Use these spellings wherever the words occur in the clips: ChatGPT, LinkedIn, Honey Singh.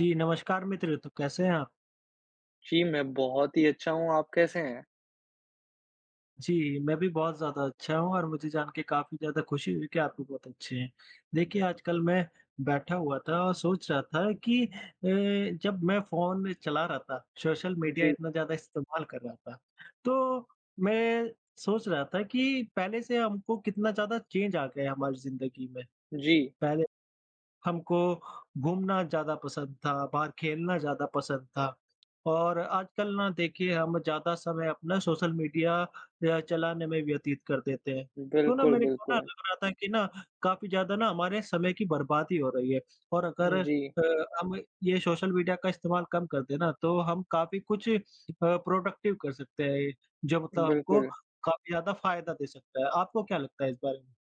जी, नमस्कार मित्र, तो कैसे हैं आप? जी, मैं बहुत ही अच्छा हूँ, आप कैसे हैं? जी, मैं भी बहुत ज़्यादा अच्छा हूँ और मुझे जान के काफ़ी ज़्यादा खुशी हुई कि आप भी बहुत अच्छे हैं। देखिए, आजकल मैं बैठा हुआ था और सोच रहा था कि जब मैं फ़ोन चला रहा था, सोशल मीडिया जी, इतना ज़्यादा इस्तेमाल कर रहा था, तो मैं सोच रहा था कि पहले से हमको कितना ज़्यादा चेंज आ गया है हमारी ज़िंदगी में। जी। पहले हमको घूमना ज़्यादा पसंद था, बाहर खेलना ज़्यादा पसंद था। और आजकल ना देखिए हम ज़्यादा समय अपना सोशल मीडिया चलाने में व्यतीत कर देते हैं। तो ना बिल्कुल, मेरे को ना बिल्कुल। लग रहा था कि ना काफ़ी ज़्यादा ना हमारे समय की बर्बादी हो रही है और अगर जी, अ, हम ये सोशल मीडिया का इस्तेमाल कम कर दें ना तो हम काफ़ी कुछ प्रोडक्टिव कर सकते हैं, जो मतलब हमको बिल्कुल। काफ़ी ज़्यादा फ़ायदा दे सकता है। आपको क्या लगता है इस बारे में?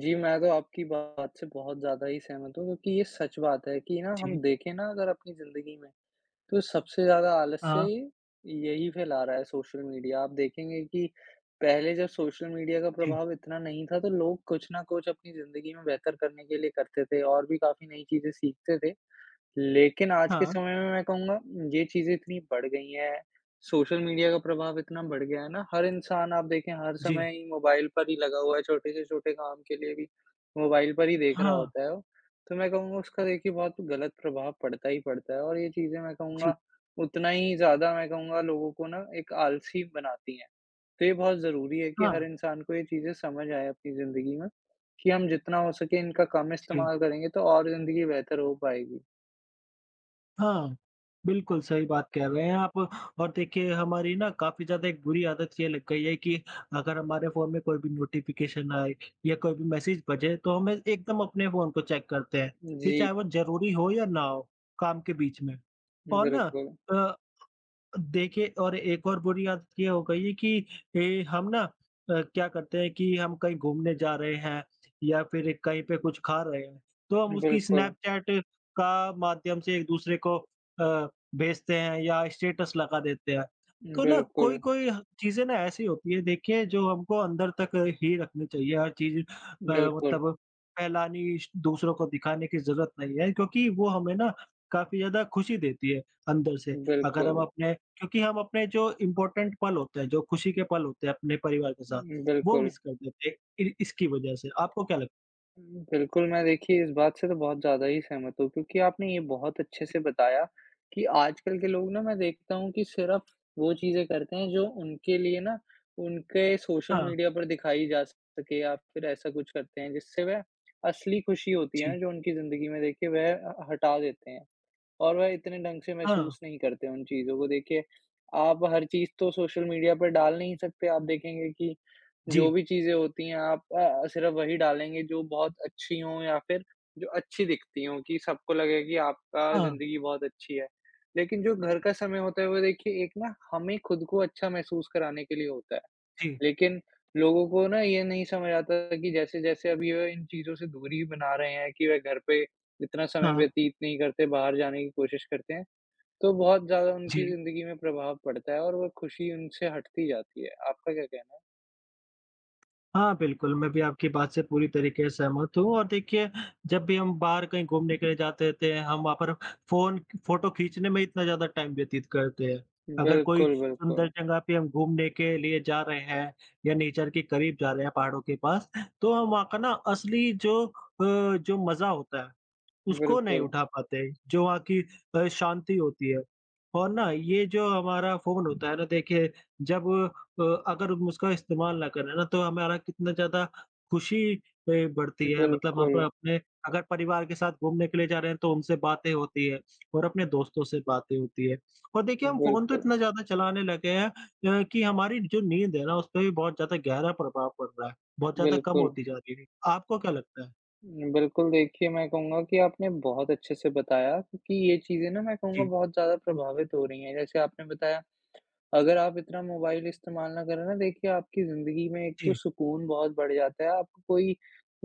जी, मैं तो आपकी बात से बहुत ज़्यादा ही सहमत हूँ क्योंकि ये सच बात है कि ना जी। हम देखें ना अगर अपनी ज़िंदगी में, तो सबसे ज़्यादा आलस्य हाँ, यही फैला रहा है सोशल मीडिया। आप देखेंगे कि पहले जब सोशल मीडिया का जी। प्रभाव इतना नहीं था, तो लोग कुछ न कुछ अपनी ज़िंदगी में बेहतर करने के लिए करते थे और भी काफ़ी नई चीज़ें सीखते थे। लेकिन आज के हाँ, समय में मैं कहूँगा ये चीज़ें इतनी बढ़ गई हैं, सोशल मीडिया का प्रभाव इतना बढ़ गया है ना, हर इंसान आप देखें हर जी। समय ही मोबाइल पर ही लगा हुआ है, छोटे से छोटे काम के लिए भी मोबाइल पर ही देख रहा हाँ। होता है वो। तो मैं कहूँगा उसका देखिए बहुत गलत प्रभाव पड़ता ही पड़ता है और ये चीज़ें मैं जी, कहूँगा उतना ही ज़्यादा मैं कहूँगा लोगों को ना एक आलसी बनाती हैं। तो ये बहुत ज़रूरी है कि हाँ, हर इंसान को ये चीज़ें समझ आए अपनी ज़िंदगी में कि हम जितना हो सके इनका कम जी, इस्तेमाल करेंगे तो और ज़िंदगी बेहतर हो पाएगी। हाँ। बिल्कुल सही बात कह रहे हैं आप और देखिए हमारी ना काफ़ी ज़्यादा एक बुरी आदत ये लग गई है कि अगर हमारे फ़ोन में कोई भी नोटिफ़िकेशन आए या कोई भी मैसेज बजे तो हम एकदम अपने फ़ोन को चेक करते हैं, फिर जी। चाहे वो ज़रूरी हो या ना हो, काम के बीच में। और ना बिल्कुल, अ देखिए और एक और बुरी आदत ये हो गई है कि हम ना क्या करते हैं कि हम कहीं घूमने जा रहे हैं या फिर कहीं पे कुछ खा रहे हैं, तो हम उसकी बिल्कुल, स्नैपचैट का माध्यम से एक-दूसरे को भेजते हैं या स्टेटस लगा देते हैं। तो ना बिल्कुल, कोई-कोई ह चीज़ें ना ऐसी होती है देखिए जो हमको अंदर तक ही रखनी चाहिए हर चीज़ बिल्कुल, मतलब फैलानी श दूसरों को दिखाने की ज़रूरत नहीं है क्योंकि वो हमें ना काफ़ी ज़्यादा खुशी देती है अंदर से। अगर हम बिल्कुल, अपने क्योंकि हम अपने जो इम्पोर्टेंट पल होते हैं, जो खुशी के पल होते हैं अपने परिवार के साथ, वो बिल्कुल। मिस कर देते हैं इ इसकी वजह से। आपको क्या लगता है? बिल्कुल, मैं देखिए इस बात से तो बहुत ज़्यादा ही सहमत हूँ क्योंकि आपने ये बहुत अच्छे से बताया कि आजकल के लोग ना मैं देखता हूँ कि सिर्फ़ वो चीज़ें करते हैं जो उनके लिए ना उनके सोशल हाँ, मीडिया पर दिखाई जा सके या फिर ऐसा कुछ करते हैं जिससे वह असली खुशी होती है जी। ना जो उनकी ज़िंदगी में देखिए वह हटा देते हैं। और वह इतने ढंग से हाँ, महसूस नहीं करते उन चीज़ों को। देखिए, आप हर चीज़ तो सोशल मीडिया पर डाल नहीं सकते। आप देखेंगे कि जो जी। भी चीज़ें होती हैं आप सिर्फ़ वही डालेंगे जो बहुत अच्छी हों या फिर जो अच्छी दिखती हों कि सबको लगे कि आपका हाँ, ज़िंदगी बहुत अच्छी है। लेकिन जो घर का समय होता है वो देखिए एक ना हमें खुद को अच्छा महसूस कराने के लिए होता है। जी। लेकिन लोगों को ना ये नहीं समझ आता कि जैसे-जैसे अब ये इन चीज़ों से दूरी बना रहे हैं कि वह घर पे इतना समय हाँ, व्यतीत नहीं करते, बाहर जाने की कोशिश करते हैं, तो बहुत ज़्यादा उनकी जी। ज़िंदगी में प्रभाव पड़ता है और वो खुशी उनसे हटती जाती है। आपका क्या कहना हाँ, बिल्कुल, मैं भी आपकी बात से पूरी तरीके से सहमत हूँ और देखिए, जब भी हम बाहर कहीं घूमने के लिए जाते थे, हम वहाँ पर फ़ोन फ़ोटो खींचने में इतना ज़्यादा टाइम व्यतीत करते हैं। है? अगर कोई बिल्कुल, सुंदर बिल्कुल। जगह पे हम घूमने के लिए जा रहे हैं या नेचर के करीब जा रहे हैं पहाड़ों के पास, तो हम वहाँ का ना असली जो जो मज़ा होता है, उसको नहीं बिल्कुल, उठा पाते, जो वहाँ की शांति होती है। और ना ये जो हमारा फ़ोन होता है ना देखिए जब अ, अगर हम उसका इस्तेमाल ना करें ना तो हमारा कितना ज़्यादा खुशी बढ़ती है मतलब हम बिल्कुल, अपने अगर परिवार के साथ घूमने के लिए जा रहे हैं तो उनसे बातें होती है और अपने दोस्तों से बातें होती है। और देखिए हम फ़ोन तो बिल्कुल, इतना ज़्यादा चलाने लगे हैं कि हमारी जो नींद है ना उसपे भी बहुत ज़्यादा गहरा प्रभाव पड़ रहा है, बहुत ज़्यादा कम बिल्कुल। होती जा रही है। आपको क्या लगता है? बिल्कुल, देखिए मैं कहूँगा कि आपने बहुत अच्छे से बताया क्योंकि ये चीज़ें ना मैं कहूँगा जी, बहुत ज़्यादा प्रभावित हो रही हैं। जैसे आपने बताया अगर आप इतना मोबाइल इस्तेमाल ना करें ना देखिए आपकी ज़िंदगी में एक तो जी। सुकून बहुत बढ़ जाता है, आपको कोई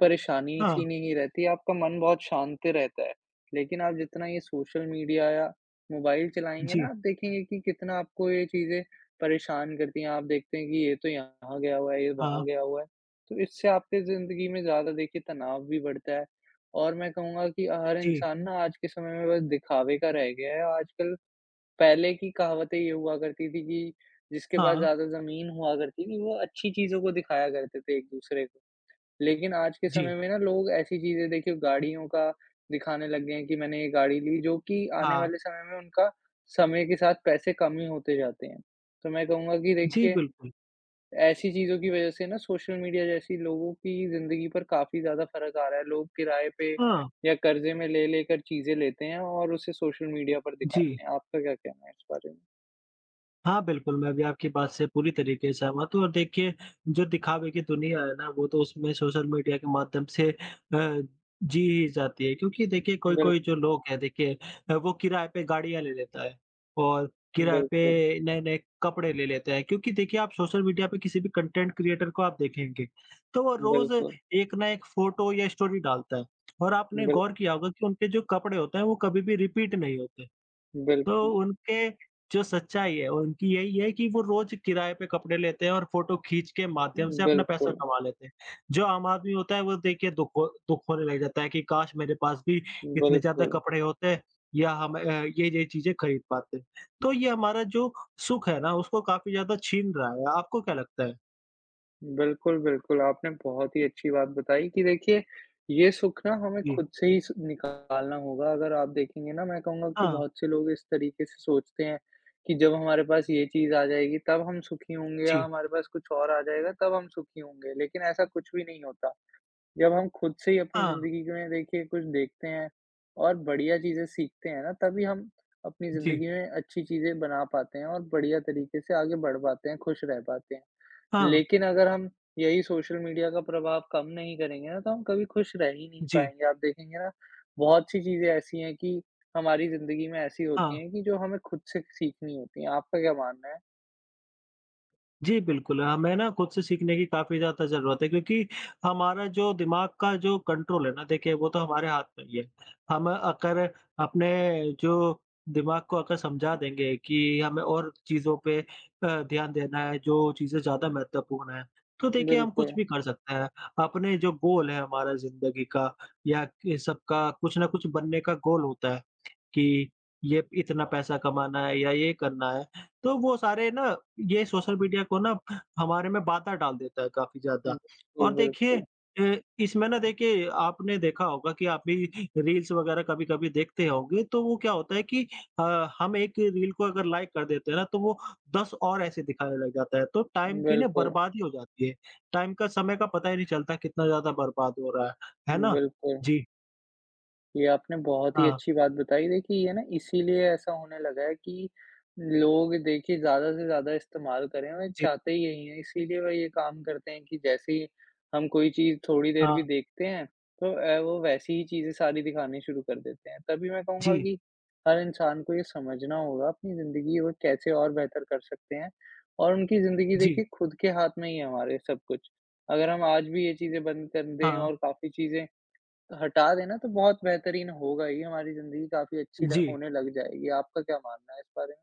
परेशानी हाँ, सी नहीं रहती, आपका मन बहुत शांत रहता है। लेकिन आप जितना ये सोशल मीडिया या मोबाइल चलाएँगे जी। ना आप देखेंगे कि कितना आपको ये चीज़ें परेशान करती हैं। आप देखते हैं कि ये तो यहाँ गया हुआ है, ये हाँ, वहाँ गया हुआ है। तो इससे आपकी ज़िंदगी में ज़्यादा देखिए तनाव भी बढ़ता है और मैं कहूँगा कि हर जी। इंसान ना आज के समय में बस दिखावे का रह गया है। आजकल पहले की कहावतें ये हुआ करती थी कि जिसके पास हाँ, ज़्यादा ज़मीन हुआ करती थी, वो अच्छी चीज़ों को दिखाया करते थे एक-दूसरे को। लेकिन आज के जी। समय में ना लोग ऐसी चीज़ें देखिए गाड़ियों का दिखाने लग गए हैं कि मैंने ये गाड़ी ली, जो कि आने हाँ, वाले समय में उनका समय के साथ पैसे कम ही होते जाते हैं। तो मैं कहूँगा कि जी देखिए, बिल्कुल। ऐसी चीज़ों की वज़ह से ना सोशल मीडिया जैसी लोगों की ज़िंदगी पर काफ़ी ज़्यादा फ़र्क आ रहा है। लोग किराए पे हाँ, या कर्ज़े में ले-लेकर चीज़ें लेते हैं और उसे सोशल मीडिया पर जी। दिखाते हैं। आपका क्या कहना है इस बारे में? हाँ, बिल्कुल, मैं भी आपकी बात से पूरी तरीके से सहमत हूँ और देखिए, जो दिखावे की दुनिया है ना, वो तो उसमें सोशल मीडिया के माध्यम से जी ही जाती है क्योंकि देखिए बिल कोई-कोई जो लोग हैं देखिए वो किराए पे गाड़ियाँ ले लेता है और किराए बिल्कुल, पे नए-नए कपड़े ले लेता है क्योंकि देखिए आप सोशल मीडिया पे किसी भी कंटेंट क्रिएटर को आप देखेंगे, तो वो रोज़ बिल्कुल, एक ना एक फ़ोटो या स्टोरी डालता है और आपने बिल गौर किया होगा कि उनके जो कपड़े होते हैं, वो कभी भी रिपीट नहीं होते। तो बिल्कुल, उनके जो सच्चाई है उनकी यही है कि वो रोज़ किराए पे कपड़े लेते हैं और फ़ोटो खींच के माध्यम से अपना पैसा बिल्कुल, कमा लेते हैं। जो आम आदमी होता है वो देखिए दुख होने लग जाता है कि काश मेरे पास भी इतने ज़्यादा बिल्कुल, कपड़े होते या हम ये-ये चीज़ें खरीद पाते। तो ये हमारा जो सुख है ना उसको काफ़ी ज़्यादा छीन रहा है। आपको क्या लगता है? बिल्कुल, बिल्कुल, आपने बहुत ही अच्छी बात बताई कि देखिए, ये सुख ना हमें जी। खुद से ही स निकालना होगा। अगर आप देखेंगे ना, मैं कहूँगा कि हाँ। बहुत से लोग इस तरीके से सोचते हैं कि जब हमारे पास ये चीज़ आ जाएगी, तब हम सुखी होंगे या जी। हमारे पास कुछ और आ जाएगा, तब हम सुखी होंगे, लेकिन ऐसा कुछ भी नहीं होता। जब हम खुद से ही अपनी हाँ। ज़िंदगी में देखिए कुछ देखते हैं और बढ़िया चीज़ें सीखते हैं ना, तभी हम अपनी जी। ज़िंदगी में अच्छी चीज़ें बना पाते हैं और बढ़िया तरीके से आगे बढ़ पाते हैं, खुश रह पाते हैं। हाँ। लेकिन अगर हम यही सोशल मीडिया का प्रभाव कम नहीं करेंगे ना, तो हम कभी खुश रह ही नहीं जी। पाएँगे। आप देखेंगे ना, बहुत सी चीज़ें ऐसी हैं कि हमारी ज़िंदगी में ऐसी होती हाँ। हैं कि जो हमें खुद से सीखनी होती हैं। आपका क्या मानना है? जी, बिल्कुल, हमें ना खुद से सीखने की काफ़ी ज़्यादा ज़रूरत है क्योंकि हमारा जो दिमाग का जो कंट्रोल है ना, देखिए वो तो हमारे हाथ में ही है। हम अगर अपने जो दिमाग को अगर समझा देंगे कि हमें और चीज़ों पे ध्यान देना है, जो चीज़ें ज़्यादा महत्वपूर्ण हैं, तो देखिए हम कुछ बिल्कुल। भी कर सकते हैं। अपने जो गोल है हमारा ज़िंदगी का या कि सबका कुछ ना कुछ बनने का गोल होता है कि ये इतना पैसा कमाना है या ये करना है, तो वो सारे ना ये सोशल मीडिया को ना हमारे में बाधा डाल देता है काफ़ी ज़्यादा। बिल्कुल, और देखिए बिल्कुल। अ, इसमें ना देखिए आपने देखा होगा कि आप भी रील्स वग़ैरह कभी-कभी देखते होंगे, तो वो क्या होता है कि अ, हम एक रील को अगर लाइक कर देते हैं ना, तो वो 10 और ऐसे दिखाने लग जाता है, तो टाइम की ना बिल्कुल, बर्बादी हो जाती है। टाइम का, समय का पता ही नहीं चलता कितना ज़्यादा बर्बाद हो रहा है। है ना? बिल्कुल। जी। ये आपने बहुत ही हाँ। अच्छी बात बताई। देखिए, ये ना इसीलिए ऐसा होने लगा है कि लोग देखिए ज़्यादा से ज़्यादा इस्तेमाल करें और जी। चाहते ही यही हैं। इसीलिए वो ये काम करते हैं कि जैसे ही हम कोई चीज़ थोड़ी देर भी हाँ। देखते हैं, तो वो वैसी ही चीज़ें सारी दिखानी शुरू कर देते हैं। तभी मैं जी। कहूँगा कि हर इंसान को ये समझना होगा अपनी ज़िंदगी वो कैसे और बेहतर कर सकते हैं और उनकी ज़िंदगी जी। देखिए खुद के हाथ में ही है हमारे सब कुछ। अगर हम आज भी ये चीज़ें बंद कर दें हाँ। और काफ़ी चीज़ें हटा देना तो बहुत बेहतरीन होगा ही, हमारी ज़िंदगी काफ़ी अच्छी ल जी। होने लग जाएगी। आपका क्या मानना है इस बारे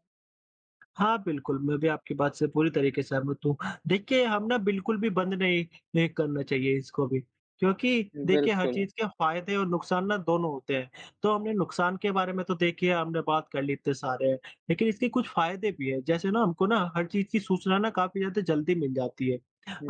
हाँ, बिल्कुल, मैं भी आपकी बात से पूरी तरीके से सहमत हूँ। देखिए, हम ना बिल्कुल भी बंद नहीं नहीं करना चाहिए इसको भी, क्योंकि में? देखिए हर बिल्कुल, चीज़ के फ़ायदे और नुकसान ना दोनों होते हैं। तो हमने नुकसान के बारे में तो देखिए हमने बात कर ली इतने सारे, हैं, लेकिन इसके कुछ फ़ायदे भी हैं। जैसे ना हमको ना हर चीज़ की सूचना ना काफ़ी ज़्यादा जल्दी मिल जाती है।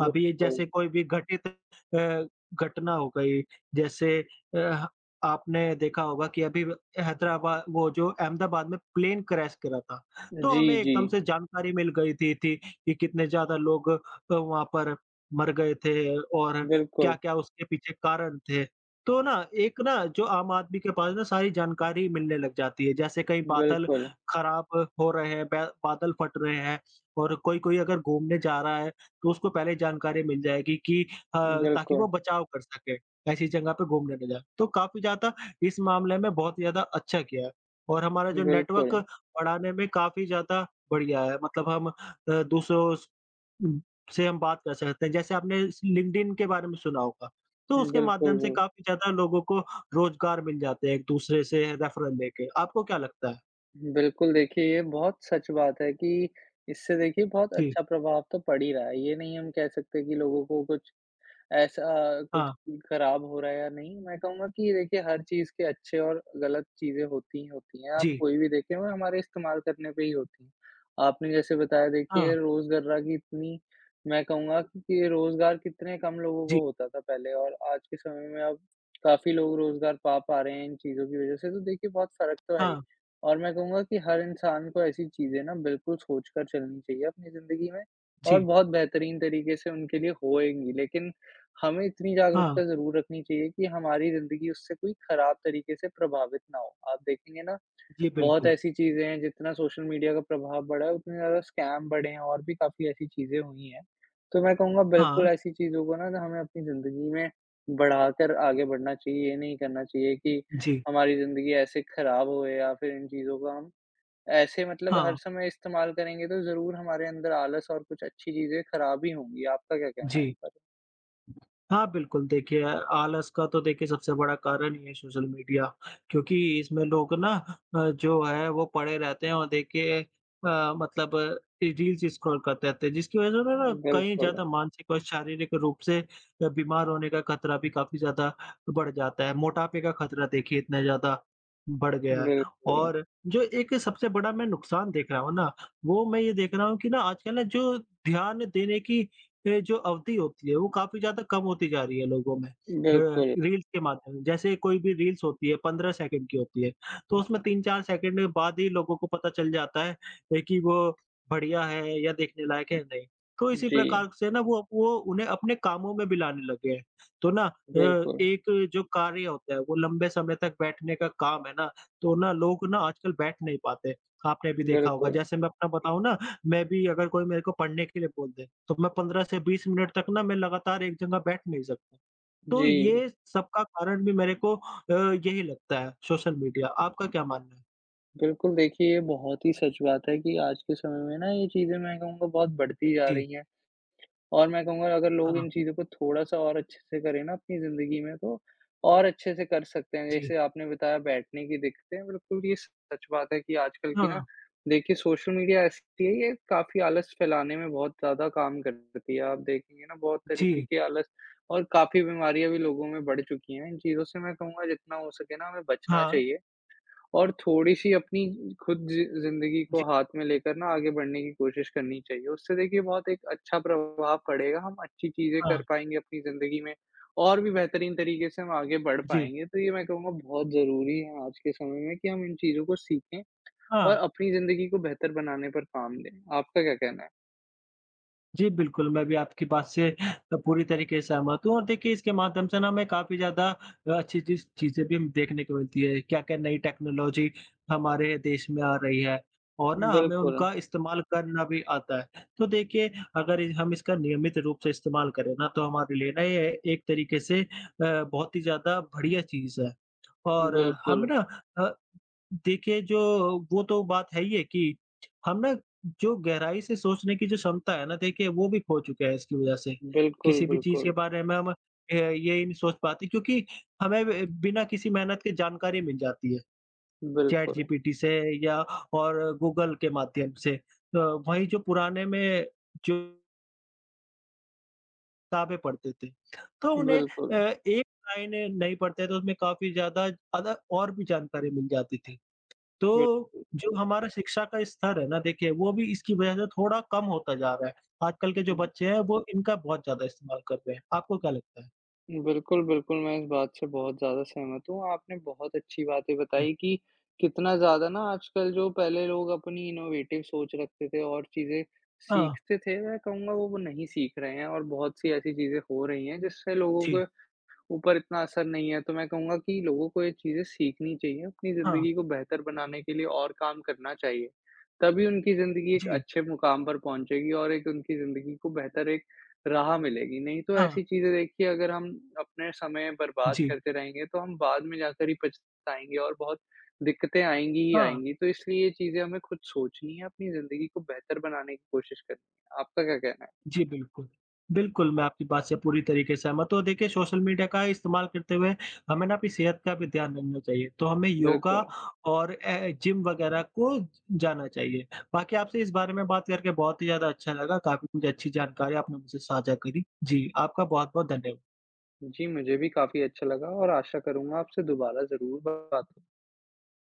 अभी ये जैसे कोई भी घटना हो गई, जैसे अ, आपने देखा होगा कि अभी हैदराबाद वो जो अहमदाबाद में प्लेन क्रैश करा था। तो जी, हमें जी। एकदम से जानकारी मिल गई थी कि कितने ज़्यादा लोग वहाँ पर मर गए थे और बिल्कुल, क्या-क्या उसके पीछे कारण थे। तो ना एक ना जो आम आदमी के पास ना सारी जानकारी मिलने लग जाती है, जैसे कहीं बादल बिल्कुल, खराब हो रहे हैं, बै बादल फट रहे हैं और कोई-कोई अगर घूमने जा रहा है तो उसको पहले जानकारी मिल जाएगी अ, ताकि बिल्कुल, वो बचाव कर सके, ऐसी जगह पे घूमने ना जाए। तो काफ़ी ज़्यादा इस मामले में बहुत ही ज़्यादा अच्छा किया है और हमारा जो नेटवर्क बिल्कुल, पढ़ाने में काफ़ी ज़्यादा बढ़िया है। मतलब हम दूसरों उम, से हम बात कर सकते हैं। जैसे आपने स लिंक्डइन के बारे में सुना होगा, तो उसके बिल्कुल, माध्यम से काफ़ी ज़्यादा लोगों को रोज़गार मिल जाते हैं एक-दूसरे से रेफ़रल लेके। आपको क्या लगता है? बिल्कुल, देखिए ये बहुत सच बात है कि इससे देखिए बहुत जी, अच्छा प्रभाव तो पड़ ही रहा है। ये नहीं हम कह सकते कि लोगों को कुछ ऐसा कुछ हाँ, खराब हो रहा है या नहीं, मैं कहूँगा कि देखिए हर चीज़ के अच्छे और गलत चीज़ें होती ही होती हैं, आप जी, कोई भी देखें वो हमारे इस्तेमाल करने पे ही होती हैं। आपने जैसे बताया हाँ, देखिए रोज़मर्रा की इतनी मैं कहूँगा कि रोज़गार कितने कम लोगों जी, को होता था पहले और आज के समय में अब काफ़ी लोग रोज़गार पा पा रहे हैं इन चीज़ों की वज़ह से, तो देखिए बहुत फ़र्क तो है ही। हाँ, और मैं कहूँगा कि हर इंसान को ऐसी चीज़ें ना बिल्कुल सोच कर चलनी चाहिए अपनी ज़िंदगी में और जी, बहुत बेहतरीन तरीके से उनके लिए होएँगी। लेकिन हमें इतनी हाँ, जागरूकता ज़रूर रखनी चाहिए कि हमारी ज़िंदगी उससे कोई ख़राब तरीके से प्रभावित ना हो। आप देखेंगे ना, जी, बहुत बिल्कुल। ऐसी चीज़ें हैं जितना सोशल मीडिया का प्रभाव बढ़ा है, उतने ज़्यादा स्कैम बढ़े हैं और भी काफ़ी ऐसी चीज़ें हुई हैं। तो मैं कहूँगा हाँ, बिल्कुल ऐसी चीज़ों को ना ना हमें अपनी ज़िंदगी में बढ़ाकर आगे बढ़ना चाहिए। ये नहीं करना चाहिए कि जी, हमारी ज़िंदगी ऐसे ख़राब होए या फिर इन चीज़ों का हम ऐसे मतलब हाँ, हर समय इस्तेमाल करेंगे तो ज़रूर हमारे अंदर आलस और कुछ अच्छी चीज़ें ख़राब ही होंगी। आपका क्या कहना है इस जी। पर? हाँ, बिल्कुल, देखिए आलस का तो देखिए सबसे बड़ा कारण ही है सोशल मीडिया क्योंकि इसमें लोग ना जो है वो पड़े रहते हैं और देखिए मतलब ये रील्स स्क्रॉल करते रहते हैं जिसकी वज़ह से उन्हें ना कहीं बिल्कुल। ज़्यादा मानसिक और शारीरिक रूप से बीमार होने का खतरा भी काफ़ी ज़्यादा बढ़ जाता है। मोटापे का खतरा देखिए इतना ज़्यादा बढ़ गया है बिल्कुल, और जो एक सबसे बड़ा मैं नुकसान देख रहा हूँ ना, वो मैं ये देख रहा हूँ कि ना आजकल ना जो ध्यान देने की ये जो अवधि होती है, वो काफ़ी ज़्यादा कम होती जा रही है लोगों में। बिल्कुल। रील्स के माध्यम से। जैसे कोई भी रील्स होती है 15 सेकंड की होती है, तो उसमें 3-4 सेकंड के बाद ही लोगों को पता चल जाता है कि वो बढ़िया है या देखने लायक है या नहीं। तो इसी जी, प्रकार से ना वो उन्हें अपने कामों में भी लाने लगे हैं। तो ना बिल्कुल, एक जो कार्य होता है वो लंबे समय तक बैठने का काम है ना, तो ना लोग ना आजकल बैठ नहीं पाते। आपने भी देखा होगा। बिल्कुल। जैसे मैं अपना बताऊँ ना मैं भी अगर कोई मेरे को पढ़ने के लिए बोल दे, तो मैं 15 से 20 मिनट तक ना मैं लगातार एक जगह बैठ नहीं सकता। तो जी, ये सबका कारण भी मेरे को यही लगता है सोशल मीडिया। आपका क्या मानना है? बिल्कुल देखिए ये बहुत ही सच बात है कि आज के समय में ना ये चीज़ें मैं कहूँगा बहुत बढ़ती जा जी, रही हैं। और मैं कहूँगा अगर लोग हाँ, इन चीज़ों को थोड़ा-सा और अच्छे से करें ना अपनी ज़िंदगी में तो और अच्छे से कर सकते हैं। जी, जैसे आपने बताया बैठने की दिक्कतें, बिल्कुल ये सच बात है कि आजकल की ना हाँ, देखिए सोशल मीडिया ऐसी है ये काफ़ी आलस फैलाने में बहुत ज़्यादा काम करती है। आप देखेंगे ना बहुत तरीके जी, के आलस और काफ़ी बीमारियाँ भी लोगों में बढ़ चुकी हैं। इन चीज़ों से मैं कहूँगा जितना हो सके ना हमें बचना हाँ, चाहिए। और थोड़ी-सी अपनी खुद ज़िंदगी को जी, हाथ में लेकर ना आगे बढ़ने की कोशिश करनी चाहिए। उससे देखिए बहुत एक अच्छा प्रभाव पड़ेगा, हम अच्छी चीज़ें हाँ, कर पाएँगे अपनी ज़िंदगी में और भी बेहतरीन तरीके से हम आगे बढ़ जी, पाएँगे। तो ये मैं कहूँगा बहुत ज़रूरी है आज के समय में कि हम इन चीज़ों को सीखें और हाँ। अपनी ज़िंदगी को बेहतर बनाने पर काम दें। आपका क्या कहना है? जी, बिल्कुल, मैं भी आपकी बात से पूरी तरीके से सहमत हूँ और देखिए इसके माध्यम से ना हमें काफ़ी ज़्यादा अच्छी चीज़ें भी देखने को मिलती है। क्या-क्या नई टेक्नोलॉजी हमारे देश में आ रही है और ना हमें बिल्कुल, उनका इस्तेमाल करना भी आता है। तो देखिए अगर इ हम इसका नियमित रूप से इस्तेमाल करें ना तो हमारे लिए ना ये एक तरीके से बहुत ही ज़्यादा बढ़िया चीज़ है। और बिल्कुल, हमें ना अ, देखिए, जो वो तो बात है ही है कि हम ना जो गहराई से सोचने की जो क्षमता है ना देखिए वो भी खो चुके हैं इसकी वजह से। बिल्कुल, किसी भी चीज़ के बिल्कुल, बारे में हम ये ही नहीं सोच पाते क्योंकि हमें ब बिना किसी मेहनत के जानकारी मिल जाती है, चैट बिल्कुल, जीपीटी से या और गूगल के माध्यम से। वहीं जो पुराने में जो किताबें पढ़ते थे, तो उन्हें बिल्कुल, एक लाइन नहीं पढ़ते तो उसमें काफ़ी ज़्यादा अदर और भी जानकारी मिल जाती थी। तो बिल्कुल। जो हमारा शिक्षा का स्तर है ना देखिए वो भी इसकी वजह से थोड़ा कम होता जा रहा है। आजकल के जो बच्चे हैं वो इनका बहुत ज़्यादा इस्तेमाल कर रहे हैं। आपको क्या लगता है? बिल्कुल, बिल्कुल, मैं इस बात से बहुत ज़्यादा सहमत हूँ। आपने बहुत अच्छी बातें जी। बताई कि कितना ज़्यादा ना आजकल जो पहले लोग अपनी इनोवेटिव सोच रखते थे और चीज़ें हाँ। सीखते थे, मैं कहूँगा वो नहीं सीख रहे हैं और बहुत सी ऐसी चीज़ें हो रही हैं जिससे लोगों जी। को ऊपर इतना असर नहीं है, तो मैं कहूँगा कि लोगों को ये चीज़ें सीखनी चाहिए, अपनी हाँ। ज़िंदगी को बेहतर बनाने के लिए और काम करना चाहिए। तभी उनकी ज़िंदगी एक जी। अच्छे मुकाम पर पहुँचेगी और एक उनकी ज़िंदगी को बेहतर एक राह मिलेगी। नहीं तो हाँ। ऐसी चीज़ें देखिए अगर हम अपने समय बर्बाद जी। करते रहेंगे, तो हम बाद में जाकर ही पछताएँगे और बहुत दिक्कतें आएँगी ही हाँ। आएँगी। तो इसलिए ये चीज़ें हमें खुद सोचनी है, अपनी ज़िंदगी को बेहतर बनाने की कोशिश करनी है। आपका क्या कहना है? जी, बिल्कुल। बिल्कुल, मैं आपकी बात से पूरी तरीके से सहमत हूँ और देखिए सोशल मीडिया का इस्तेमाल करते हुए हमें ना अपनी सेहत का भी ध्यान रखना चाहिए। तो हमें योगा बिल्कुल। और ए जिम वगैरह को जाना चाहिए। बाकी आपसे इस बारे में बात करके बहुत ही ज़्यादा अच्छा लगा। काफ़ी कुछ अच्छी जानकारी आपने मुझसे साझा करी। जी, आपका बहुत-बहुत धन्यवाद। जी, मुझे भी काफ़ी अच्छा लगा और आशा करूँगा आपसे दोबारा ज़रूर बात हो।